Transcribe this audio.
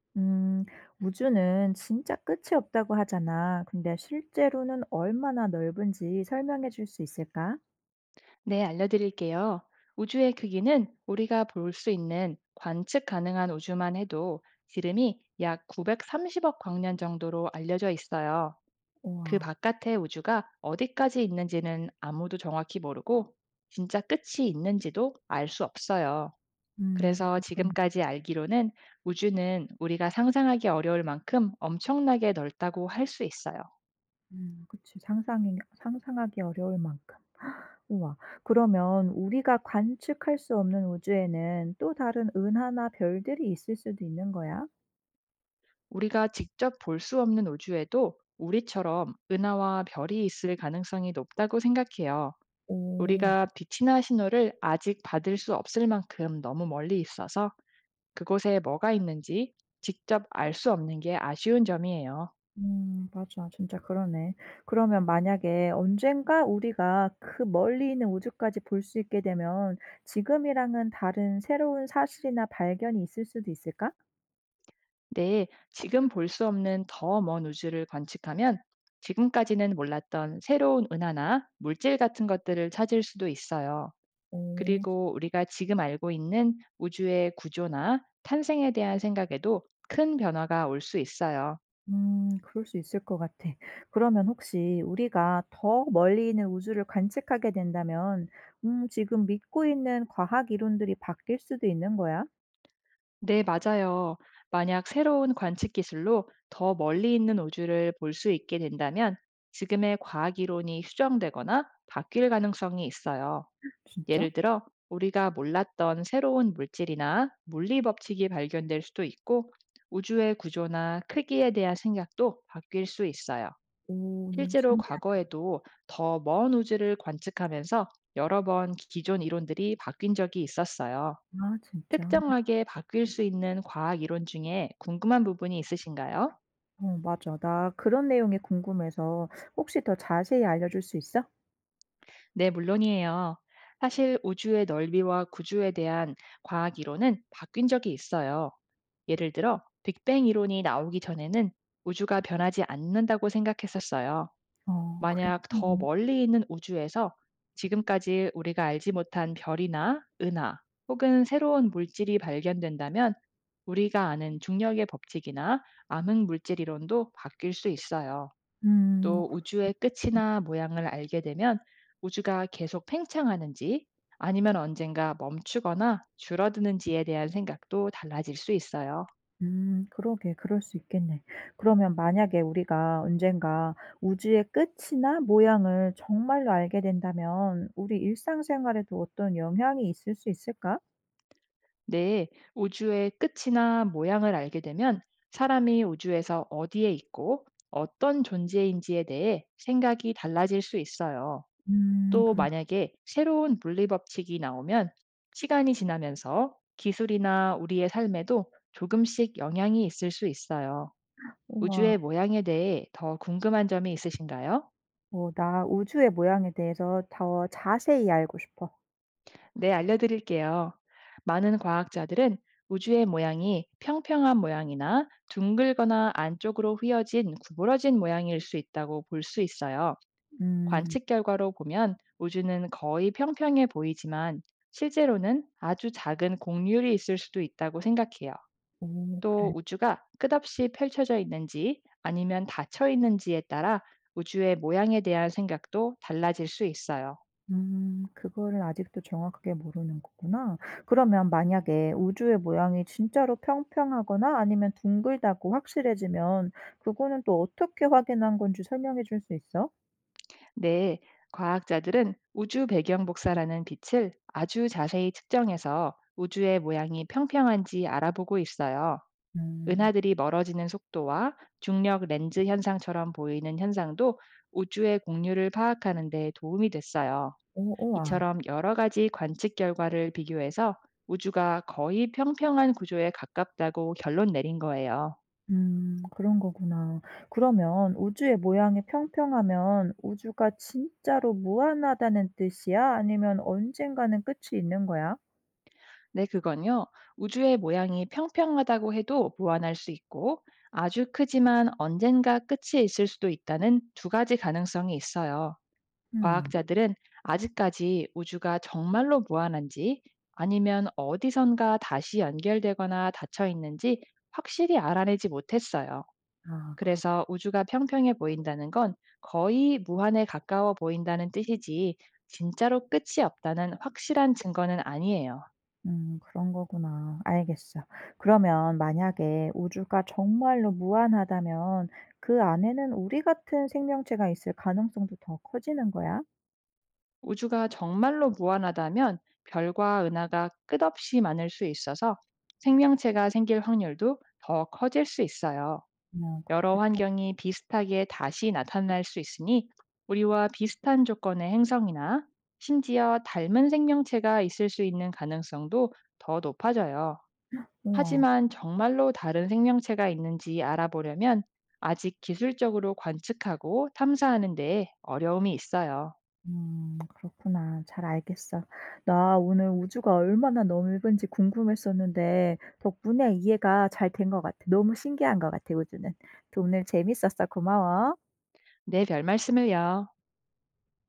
음, 우주는 진짜 끝이 없다고 하잖아. 근데 실제로는 얼마나 넓은지 설명해 줄 수 있을까? 네, 알려드릴게요. 우주의 크기는 우리가 볼 수 있는 관측 가능한 우주만 해도 지름이 약 930억 광년 정도로 알려져 있어요. 그 우와, 바깥의 우주가 어디까지 있는지는 아무도 정확히 모르고, 진짜 끝이 있는지도 알 수 없어요. 그래서 그렇군. 지금까지 알기로는 우주는 우리가 상상하기 어려울 만큼 엄청나게 넓다고 할 수 있어요. 그치, 상상하기 어려울 만큼. 우와. 그러면 우리가 관측할 수 없는 우주에는 또 다른 은하나 별들이 있을 수도 있는 거야? 우리가 직접 볼 수 없는 우주에도 우리처럼 은하와 별이 있을 가능성이 높다고 생각해요. 오. 우리가 빛이나 신호를 아직 받을 수 없을 만큼 너무 멀리 있어서 그곳에 뭐가 있는지 직접 알 수 없는 게 아쉬운 점이에요. 음, 맞아. 진짜 그러네. 그러면 만약에 언젠가 우리가 그 멀리 있는 우주까지 볼 수 있게 되면 지금이랑은 다른 새로운 사실이나 발견이 있을 수도 있을까? 네, 지금 볼 수 없는 더 먼 우주를 관측하면 지금까지는 몰랐던 새로운 은하나 물질 같은 것들을 찾을 수도 있어요. 그리고 우리가 지금 알고 있는 우주의 구조나 탄생에 대한 생각에도 큰 변화가 올 수 있어요. 오, 그럴 수 있을 것 같아. 그러면 혹시 우리가 더 멀리 있는 우주를 관측하게 된다면 음, 지금 믿고 있는 과학 이론들이 바뀔 수도 있는 거야? 네, 맞아요. 만약 새로운 관측 기술로 더 멀리 있는 우주를 볼 수 있게 된다면 지금의 과학 이론이 수정되거나 바뀔 가능성이 있어요. 진짜? 예를 들어, 우리가 몰랐던 새로운 물질이나 물리 법칙이 발견될 수도 있고, 우주의 구조나 크기에 대한 생각도 바뀔 수 있어요. 오 너무 실제로 신기하다 과거에도 더 먼 우주를 관측하면서 여러 번 기존 이론들이 바뀐 적이 있었어요. 진짜. 특정하게 바뀔 수 있는 과학 이론 중에 궁금한 부분이 있으신가요? 어 맞아. 나 그런 내용이 궁금해서 혹시 더 자세히 알려줄 수 있어? 네, 물론이에요. 사실 우주의 넓이와 구조에 대한 과학 이론은 바뀐 적이 있어요. 예를 들어, 빅뱅 이론이 나오기 전에는 우주가 변하지 않는다고 생각했었어요. 어 그래. 만약 더 음. 멀리 있는 우주에서 지금까지 우리가 알지 못한 별이나 은하, 혹은 새로운 물질이 발견된다면 우리가 아는 중력의 법칙이나 암흑 물질 이론도 바뀔 수 있어요. 음. 또 우주의 끝이나 모양을 알게 되면 우주가 계속 팽창하는지, 아니면 언젠가 멈추거나 줄어드는지에 대한 생각도 달라질 수 있어요. 그러게. 그럴 수 있겠네. 그러면 만약에 우리가 언젠가 우주의 끝이나 모양을 정말로 알게 된다면 우리 일상생활에도 어떤 영향이 있을 수 있을까? 네, 우주의 끝이나 모양을 알게 되면 사람이 우주에서 어디에 있고 어떤 존재인지에 대해 생각이 달라질 수 있어요. 또 그럼. 만약에 새로운 물리 법칙이 나오면 시간이 지나면서 기술이나 우리의 삶에도 조금씩 영향이 있을 수 있어요. 우주의 우와. 모양에 대해 더 궁금한 점이 있으신가요? 어 나 우주의 모양에 대해서 더 자세히 알고 싶어. 네, 알려드릴게요. 많은 과학자들은 우주의 모양이 평평한 모양이나 둥글거나 안쪽으로 휘어진 구부러진 모양일 수 있다고 볼 수 있어요. 음. 관측 결과로 보면 우주는 거의 평평해 보이지만, 실제로는 아주 작은 곡률이 있을 수도 있다고 생각해요. 오 그래. 또 우주가 끝없이 펼쳐져 있는지 아니면 닫혀 있는지에 따라 우주의 모양에 대한 생각도 달라질 수 있어요. 음. 그거를 아직도 정확하게 모르는 거구나. 그러면 만약에 우주의 모양이 진짜로 평평하거나 아니면 둥글다고 확실해지면 그거는 또 어떻게 확인한 건지 설명해 줄 수 있어? 네, 과학자들은 우주 배경 복사라는 빛을 아주 자세히 측정해서 우주의 모양이 평평한지 알아보고 있어요. 음. 은하들이 멀어지는 속도와 중력 렌즈 현상처럼 보이는 현상도 우주의 곡률을 파악하는 데 도움이 됐어요. 오 우와. 이처럼 여러 가지 관측 결과를 비교해서 우주가 거의 평평한 구조에 가깝다고 결론 내린 거예요. 그런 거구나. 그러면 우주의 모양이 평평하면 우주가 진짜로 무한하다는 뜻이야? 아니면 언젠가는 끝이 있는 거야? 네, 그건요. 우주의 모양이 평평하다고 해도 보완할 수 있고, 아주 크지만 언젠가 끝이 있을 수도 있다는 두 가지 가능성이 있어요. 음. 과학자들은 아직까지 우주가 정말로 무한한지, 아니면 어디선가 다시 연결되거나 닫혀 있는지 확실히 알아내지 못했어요. 아 그렇구나. 그래서 우주가 평평해 보인다는 건 거의 무한에 가까워 보인다는 뜻이지, 진짜로 끝이 없다는 확실한 증거는 아니에요. 그런 거구나. 알겠어. 그러면 만약에 우주가 정말로 무한하다면 그 안에는 우리 같은 생명체가 있을 가능성도 더 커지는 거야? 우주가 정말로 무한하다면 별과 은하가 끝없이 많을 수 있어서 생명체가 생길 확률도 더 커질 수 있어요. 어 여러 그렇겠다. 환경이 비슷하게 다시 나타날 수 있으니 우리와 비슷한 조건의 행성이나 심지어 닮은 생명체가 있을 수 있는 가능성도 더 높아져요. 우와. 하지만 정말로 다른 생명체가 있는지 알아보려면 아직 기술적으로 관측하고 탐사하는 데 어려움이 있어요. 그렇구나. 잘 알겠어. 나 오늘 우주가 얼마나 넓은지 궁금했었는데 덕분에 이해가 잘 된 것 같아. 너무 신기한 것 같아 우주는. 오늘 재밌었어. 고마워. 네, 별 말씀을요.